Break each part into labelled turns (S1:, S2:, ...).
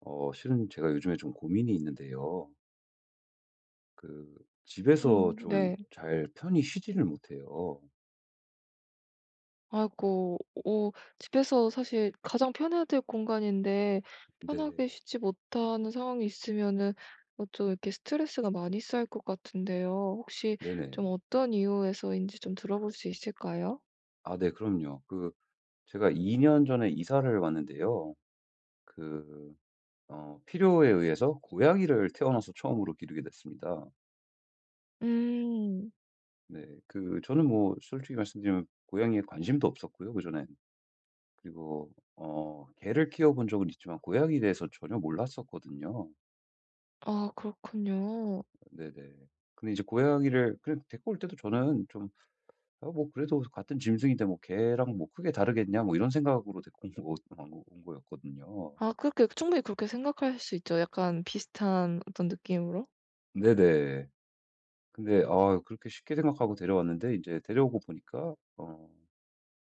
S1: 실은 제가 요즘에 좀 고민이 있는데요. 그, 집에서 좀
S2: 네.
S1: 잘 편히 쉬지를 못해요.
S2: 아이고. 오, 집에서 사실 가장 편해야 될 공간인데
S1: 근데,
S2: 편하게 쉬지 못하는 상황이 있으면은 어좀 이렇게 스트레스가 많이 쌓일 것 같은데요. 혹시
S1: 네네.
S2: 좀 어떤 이유에서인지 좀 들어볼 수 있을까요?
S1: 아, 네, 그럼요. 제가 2년 전에 이사를 왔는데요. 그, 필요에 의해서 고양이를 태어나서 처음으로 기르게 됐습니다.
S2: 음.
S1: 네, 저는 뭐, 솔직히 말씀드리면 고양이에 관심도 없었고요, 그전엔. 그리고, 개를 키워본 적은 있지만 고양이에 대해서 전혀 몰랐었거든요.
S2: 아 그렇군요.
S1: 네네. 근데 이제 고양이를 그래 데리고 올 때도 저는 좀 '아 뭐 그래도 같은 짐승인데 뭐 걔랑 뭐 크게 다르겠냐.' 뭐 이런 생각으로 데리고 온 거 온 거 온 거였거든요.
S2: 아 그렇게 충분히 그렇게 생각할 수 있죠. 약간 비슷한 어떤 느낌으로.
S1: 네네. 근데 그렇게 쉽게 생각하고 데려왔는데 이제 데려오고 보니까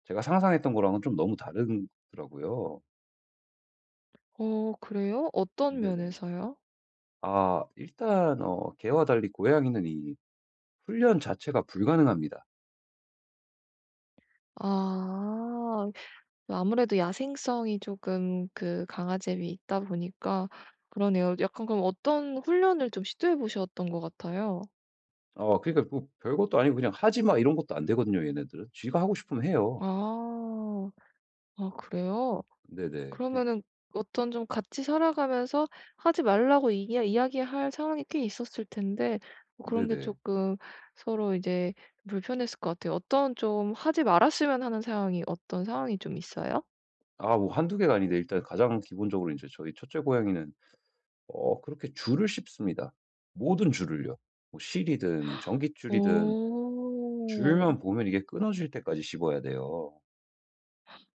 S1: 제가 상상했던 거랑은 좀 너무 다른 더라고요.
S2: 어 그래요? 어떤
S1: 네네.
S2: 면에서요?
S1: 일단 개와 달리 고양이는 이 훈련 자체가 불가능합니다.
S2: 아. 아무래도 야생성이 조금 그 강아지에 비해 있다 보니까 그러네요. 약간 그럼 어떤 훈련을 좀 시도해 보셨던 것 같아요?
S1: 그러니까 뭐 별것도 아니고 그냥 "하지 마." 이런 것도 안 되거든요 얘네들은. 쥐가 하고 싶으면 해요.
S2: 아. 아 그래요?
S1: 네네.
S2: 그러면은 어떤 좀 같이 살아가면서 하지 말라고 이야기할 상황이 꽤 있었을 텐데 뭐 그런 게
S1: 네네.
S2: 조금 서로 이제 불편했을 것 같아요. 어떤 좀 하지 말았으면 하는 상황이 어떤 상황이 좀 있어요?
S1: 뭐 한두 개가 아닌데 일단 가장 기본적으로 이제 저희 첫째 고양이는 그렇게 줄을 씹습니다. 모든 줄을요. 뭐 실이든 전깃줄이든
S2: 오.
S1: 줄만 보면 이게 끊어질 때까지 씹어야 돼요.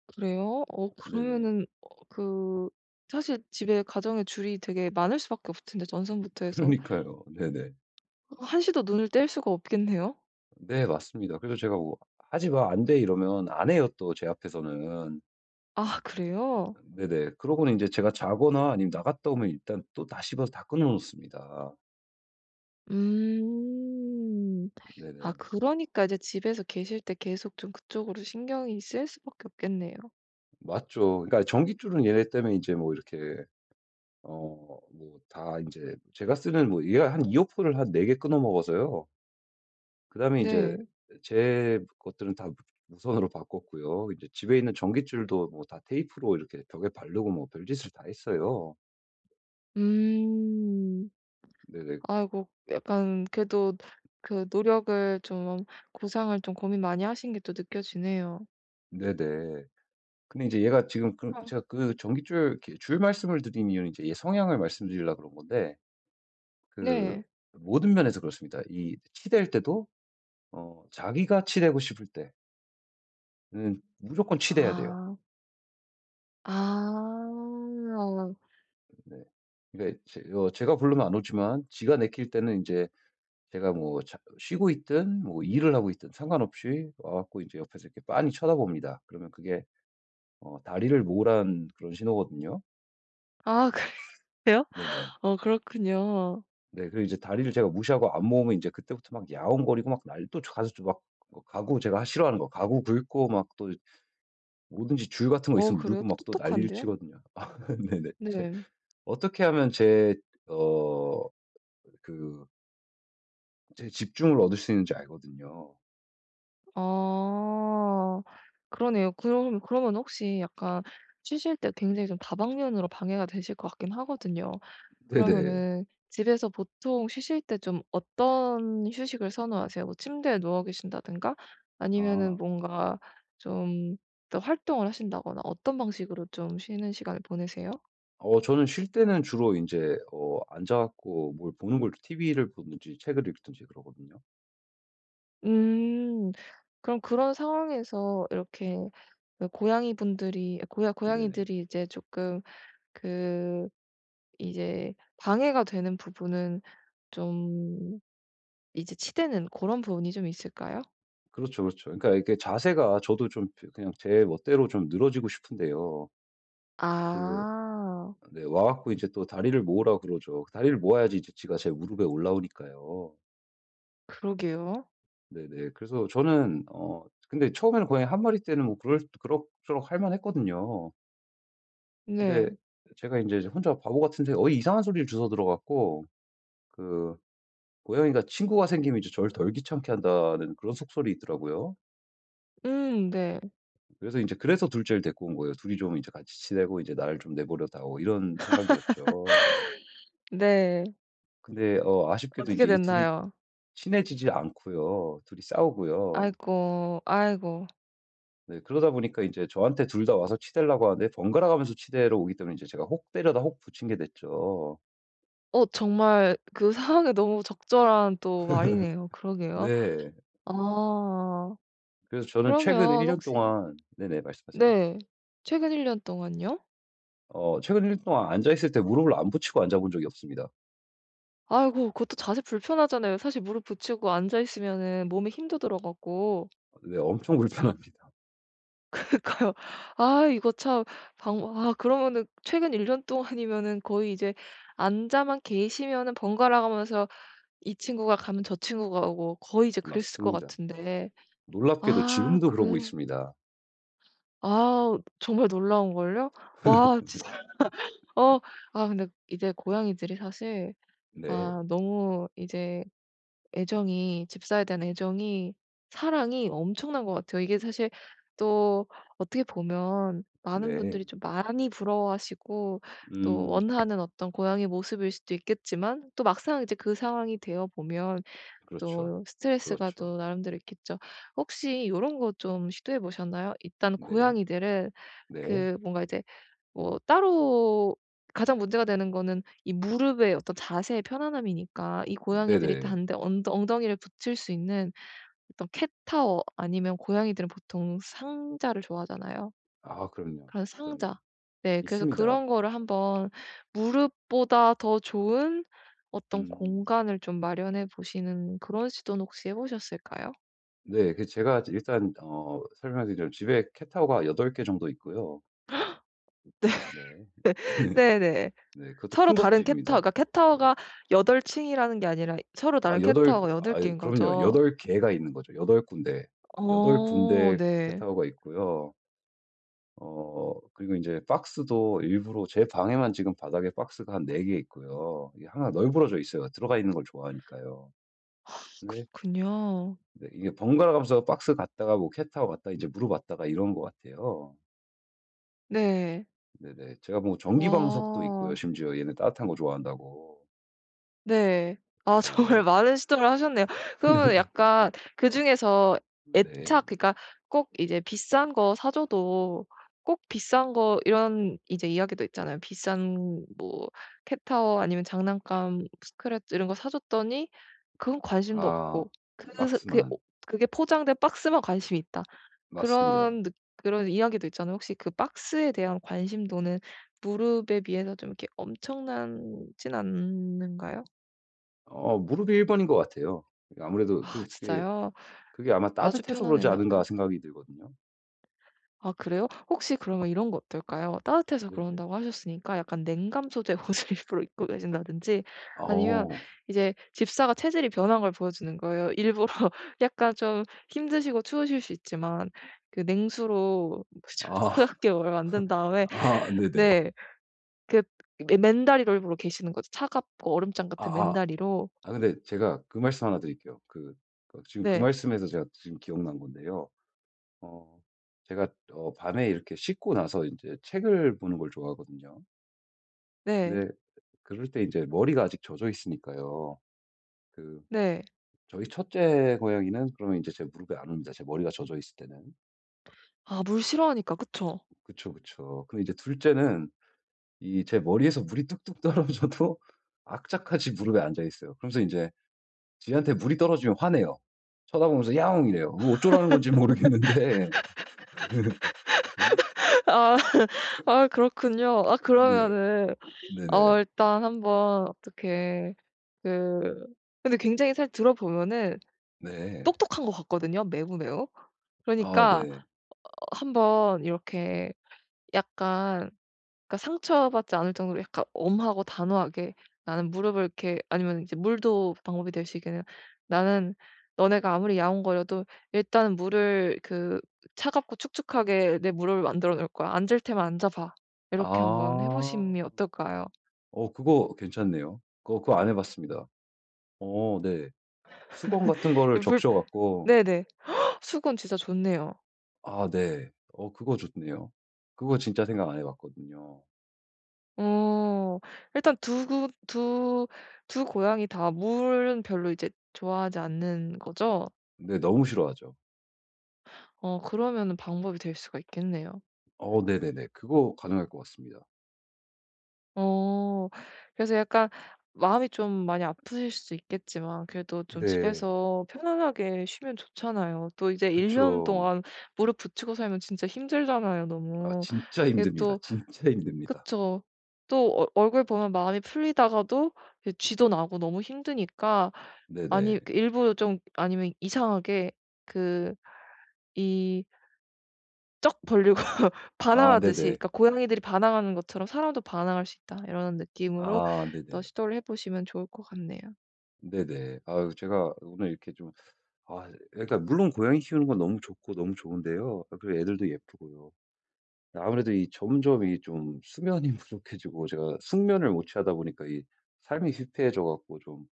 S2: 그래요? 어
S1: 네네.
S2: 그러면은 어 그 사실 집에 가정의 줄이 되게 많을 수밖에 없을 텐데 전선부터 해서
S1: 그러니까요. 네네.
S2: 한시도 눈을 뗄 수가 없겠네요?
S1: 네 맞습니다. 그래서 제가 뭐 "하지 마. 안 돼." 이러면 안 해요 또 제 앞에서는.
S2: 아 그래요?
S1: 네네. 그러고는 이제 제가 자거나 아니면 나갔다 오면 일단 또 다 씹어서 다 끊어 놓습니다.
S2: 음. 아
S1: 네네.
S2: 그러니까 이제 집에서 계실 때 계속 좀 그쪽으로 신경이 쓰일 수밖에 없겠네요.
S1: 맞죠. 그러니까 전깃줄은 얘네 때문에 이제 뭐 이렇게 뭐 다 이제 제가 쓰는 뭐 얘가 한 이어폰을 한 4개 끊어 먹어서요. 그다음에 이제
S2: 네.
S1: 제 것들은 다 무선으로 바꿨고요. 이제 집에 있는 전깃줄도 뭐 다 테이프로 이렇게 벽에 바르고 뭐 별짓을 다 했어요.
S2: 음.
S1: 네네.
S2: 아이고 약간 그래도 그 노력을 좀 고상을 좀 고민 많이 하신 게 또 느껴지네요.
S1: 네네. 근데 이제 얘가 지금 그
S2: 어
S1: 제가 그 전깃줄 이렇게 줄 말씀을 드린 이유는 이제 얘 성향을 말씀드리려고 그런 건데 그
S2: 네.
S1: 모든 면에서 그렇습니다. 이 치댈 때도 자기가 치대고 싶을 때는 무조건 치대야 돼요.
S2: 아. 아.
S1: 네. 그러니까 제 어 제가 부르면 안 오지만 지가 내킬 때는 이제 제가 뭐 자 쉬고 있든 뭐 일을 하고 있든 상관없이 와 갖고 이제 옆에서 이렇게 빤히 쳐다봅니다. 그러면 그게 다리를 모으라는 그런 신호거든요.
S2: 아 그래요?
S1: 네네.
S2: 어 그렇군요.
S1: 네 그리고 이제 다리를 제가 무시하고 안 모으면 이제 그때부터 막 야옹거리고 막 날도 가서 좀 막 가구 제가 싫어하는 거 가구 긁고 막 또 뭐든지 줄 같은 거
S2: 어
S1: 있으면 물고
S2: 그래요?
S1: 막 또 난리를
S2: 똑똑한데요?
S1: 치거든요. 아, 네네. 제
S2: 네.
S1: 어떻게 하면 제어그 제 집중을 얻을 수 있는지 알거든요.
S2: 아. 그러네요. 그럼 그러면 혹시 약간 쉬실 때 굉장히 좀 다방면으로 방해가 되실 것 같긴 하거든요.
S1: 네네.
S2: 그러면은 집에서 보통 쉬실 때 좀 어떤 휴식을 선호하세요? 뭐 침대에 누워 계신다든가 아니면은
S1: 아.
S2: 뭔가 좀 더 활동을 하신다거나 어떤 방식으로 좀 쉬는 시간을 보내세요?
S1: 저는 쉴 때는 주로 인제 앉아 갖고 뭘 보는 걸 TV를 보든지 책을 읽든지 그러거든요.
S2: 음. 그럼 그런 상황에서 이렇게 그 고양이분들이 고야
S1: 네네.
S2: 고양이들이 이제 조금 그 이제 방해가 되는 부분은 좀 이제 치대는 그런 부분이 좀 있을까요?
S1: 그렇죠, 그렇죠. 그러니까 이게 자세가 저도 좀 그냥 제 멋대로 좀 늘어지고 싶은데요.
S2: 아
S1: 그 네 와 갖고 이제 또 다리를 모으라 그러죠. 그 다리를 모아야지 이제 지가 제 무릎에 올라오니까요.
S2: 그러게요.
S1: 네네. 그래서 저는 근데 처음에는 거의 한 마리 때는 뭐 그럴 그럭저럭 할 만했거든요. 근데
S2: 네.
S1: 제가 이제 혼자 바보 같은데 어이 이상한 소리를 주워 들어 갖고 그 고양이가 친구가 생기면 이제 저를 덜 귀찮게 한다는 그런 속설이 있더라고요.
S2: 네.
S1: 그래서 이제 그래서 둘째를 데리고 온 거예요. 둘이 좀 이제 같이 지내고 이제 나를 좀 내버려 다오 이런 생각이었죠.
S2: 네.
S1: 근데 아쉽게도 이
S2: 어떻게
S1: 제 이 둘이
S2: 됐나요?
S1: 친해지지 않고요. 둘이 싸우고요.
S2: 아이고, 아이고.
S1: 네 그러다 보니까 이제 저한테 둘 다 와서 치대려고 하는데 번갈아 가면서 치대러 오기 때문에 이제 제가 혹 때려다 혹 붙인 게 됐죠.
S2: 정말 그 상황에 너무 적절한 또 말이네요. 그러게요.
S1: 네.
S2: 아.
S1: 그래서 저는 최근 1
S2: 그러면
S1: 년
S2: 혹시.
S1: 동안 네네 말씀하세요.
S2: 네. 최근 1년 동안요?
S1: 최근 1년 동안 앉아 있을 때 무릎을 안 붙이고 앉아 본 적이 없습니다.
S2: 아이고, 그것도 자세 불편하잖아요. 사실 무릎 붙이고 앉아 있으면은 몸에 힘도 들어가고.
S1: 네 엄청 불편합니다.
S2: 그러니까요. 아 이거 참. 방아 그러면은 최근 1년 동안이면은 거의 이제 앉아만 계시면은 번갈아 가면서 이 친구가 가면 저 친구가 오고 거의 이제 그랬을 것
S1: 맞습니다.
S2: 같은데
S1: 놀랍게도
S2: 아
S1: 지금도 그러고
S2: 그
S1: 있습니다.
S2: 아 정말 놀라운 걸요? 와 진짜. 어 근데 이제 고양이들이 사실
S1: 네.
S2: 아 너무 이제 애정이 집사에 대한 애정이 사랑이 엄청난 것 같아요. 이게 사실 또 어떻게 보면 많은
S1: 네.
S2: 분들이 좀 많이 부러워하시고 또
S1: 음.
S2: 원하는 어떤 고양이 모습일 수도 있겠지만 또 막상 이제 그 상황이 되어 보면
S1: 그렇죠.
S2: 또 스트레스가
S1: 그렇죠.
S2: 또 나름대로 있겠죠. 혹시 이런 거 좀 시도해 보셨나요? 일단
S1: 네.
S2: 고양이들은
S1: 네.
S2: 그 뭔가 이제 뭐 따로 가장 문제가 되는 거는 이 무릎의 어떤 자세의 편안함이니까 이 고양이들이
S1: 네네.
S2: 단데 언 엉덩이를 붙일 수 있는 어떤 캣타워 아니면 고양이들은 보통 상자를 좋아하잖아요.
S1: 아 그럼요.
S2: 그런
S1: 그럼요.
S2: 상자. 네. 그래서
S1: 있습니다.
S2: 그런 거를 한번 무릎보다 더 좋은 어떤
S1: 음.
S2: 공간을 좀 마련해 보시는 그런 시도는 혹시 해 보셨을까요?
S1: 네. 제가 일단 설명드리자면 집에 캣타워가 8개 정도 있고요. 네.
S2: 네네.
S1: 네. 그것도
S2: 서로
S1: 큰
S2: 다른 캣타워.
S1: 것들입니다.
S2: 그러니까
S1: 네.
S2: 캣타워가 8 층이라는 게 아니라 서로
S1: 아
S2: 다른
S1: 여덟
S2: 캣타워가 8
S1: 아
S2: 개인
S1: 그럼요.
S2: 거죠.
S1: 8 개가 있는 거죠. 8 군데. 8
S2: 어
S1: 군데
S2: 네.
S1: 캣타워가 있고요. 그리고 이제 박스도 일부러 제 방에만 지금 바닥에 박스가 한 4 개 있고요. 이게 하나 널브러져 있어요. 들어가 있는 걸 좋아하니까요. 근데
S2: 그렇군요.
S1: 네 이게 번갈아 가면서 박스 갔다가 뭐 캣타워 갔다가 이제 무릎 왔다가 이런 것 같아요.
S2: 네.
S1: 네네. 제가 뭐 전기 방석도 있고요
S2: 아
S1: 심지어 얘는 따뜻한 거 좋아한다고.
S2: 네. 아 정말
S1: 네네.
S2: 많은 시도를 하셨네요. 그러면 약간 그중에서
S1: 네.
S2: 애착. 그러니까 꼭 이제 비싼 거 사 줘도 꼭 비싼 거 이런 이제 이야기도 있잖아요. 비싼 뭐 캣타워 아니면 장난감 스크래치 이런 거 사 줬더니 그건 관심도
S1: 아
S2: 없고 그 스 그게 오
S1: 박스만.
S2: 그게 포장된 박스만 관심이 있다.
S1: 맞습니다.
S2: 그런 느 그런 이야기도 있잖아요. 혹시 그 박스에 대한 관심도는 무릎에 비해서 좀 이렇게 엄청나진 않는가요?
S1: 무릎이 1 번인 것 같아요. 아무래도
S2: 아 진짜요?
S1: 그게 아마
S2: 아주
S1: 따뜻해서 그러지
S2: 편안했나
S1: 않은가
S2: 봐요.
S1: 생각이 들거든요.
S2: 아 그래요? 혹시 그러면 이런 거 어떨까요? 따뜻해서
S1: 네네.
S2: 그런다고 하셨으니까 약간 냉감 소재 옷을 일부러 입고 계신다든지 아니면
S1: 어.
S2: 이제 집사가 체질이 변한 걸 보여주는 거예요. 일부러 약간 좀 힘드시고 추우실 수 있지만 그 냉수로 좀
S1: 아.
S2: 차갑게 뭘 만든 다음에.
S1: 아 네네.
S2: 네. 그 맨 맨다리를 보러 계시는 거죠. 차갑고 얼음장 같은
S1: 아아. 아
S2: 맨다리로.
S1: 아, 근데 제가 그 말씀 하나 드릴게요. 그 지금 그
S2: 네.
S1: 말씀에서 제가 지금 기억난 건데요. 어 제가 밤에 이렇게 씻고 나서 이제 책을 보는 걸 좋아하거든요.
S2: 네.
S1: 근데 그럴 때 이제 머리가 아직 젖어 있으니까요. 그
S2: 네.
S1: 저희 첫째 고양이는 그러면 이제 제 무릎에 안 옵니다, 제 머리가 젖어 있을 때는.
S2: 아 물 싫어하니까 그쵸?
S1: 그쵸, 그쵸. 근데 이제 둘째는 이 제 머리에서 물이 뚝뚝 떨어져도 악착같이 무릎에 앉아 있어요. 그러면서 인제 지한테 물이 떨어지면 화내요. 쳐다보면서 "야옹." 이래요. 뭐 어쩌라는 건지 모르겠는데. 그게
S2: 아 아 그렇군요. 아
S1: 네.
S2: 그러면은 어
S1: 네네.
S2: 일단 한번 어떻게 그 근데 굉장히 사실 들어보면은
S1: 네.
S2: 똑똑한 것 같거든요 매우, 매우.
S1: 아
S2: 그러니까
S1: 네.
S2: 한번 이렇게 약간 그러니까 상처받지 않을 정도로 약간 엄하고 단호하게 나는 무릎을 이렇게, 아니면 이제 물도 방법이 될 수 있겠네요. "나는 너네가 아무리 야옹거려도 일단은 물을 그 차갑고 축축하게 내 무릎을 만들어 놓을 거야. 앉을 테면 앉아 봐." 이렇게 한번 해
S1: 아.
S2: 보심이 어떨까요?
S1: 그거 괜찮네요. 그거 안 해 봤습니다. 네. 수건 같은
S2: 이
S1: 거를
S2: 불
S1: 적셔 갖고
S2: 네네. 헉, 수건 진짜 좋네요.
S1: 아 네. 그거 좋네요. 그거 진짜 생각 안 해 봤거든요.
S2: 어. 일단 두 구 두 두 고양이 다 물은 별로 이제 좋아하지 않는 거죠?
S1: 네 너무 싫어하죠.
S2: 어 그러면은 방법이 될 수가 있겠네요.
S1: 네네네. 그거 가능할 것 같습니다.
S2: 어. 그래서 약간 마음이 좀 많이 아프실 수 있겠지만 그래도 좀
S1: 네.
S2: 집에서 편안하게 쉬면 좋잖아요. 또 이제 1년
S1: 그쵸.
S2: 동안 무릎 붙이고 살면 진짜 힘들잖아요
S1: 아
S2: 너무.
S1: 진짜
S2: 이게
S1: 힘듭니다.
S2: 또
S1: 진짜 힘듭니다.
S2: 그쵸. 또 얼 얼굴 보면 마음이 풀리다가도 이제 쥐도 나고 너무 힘드니까 아니
S1: 네네.
S2: 그 일부러 좀 아니면 이상하게 그이 쩍 벌리고
S1: 아
S2: 반항하듯이
S1: 네네.
S2: 그러니까 고양이들이 반항하는 것처럼 사람도 반항할 수 있다. 이런 느낌으로
S1: 아
S2: 또
S1: 네네.
S2: 시도를 해 보시면 좋을 것 같네요.
S1: 네네. 아유 제가 오늘 이렇게 좀 그러니까 물론 고양이 키우는 건 너무 좋고 너무 좋은데요. 아 그리고 애들도 예쁘고요. 아무래도 이 점점 이 좀 수면이 부족해지고 제가 숙면을 못 취하다 보니까 이 삶이 휘폐해져 갖고 좀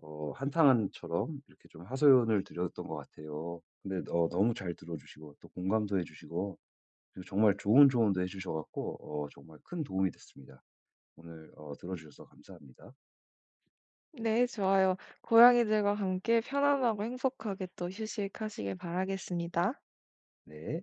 S1: 한탄처럼 이렇게 좀 하소연을 드렸던 것 같아요. 근데 너무 잘 들어 주시고 또 공감도 해 주시고 그리고 정말 좋은 조언도 해주셔 갖고 정말 큰 도움이 됐습니다. 오늘 들어주셔서 감사합니다.
S2: 네 좋아요. 고양이들과 함께 편안하고 행복하게 또 휴식하시길 바라겠습니다.
S1: 네.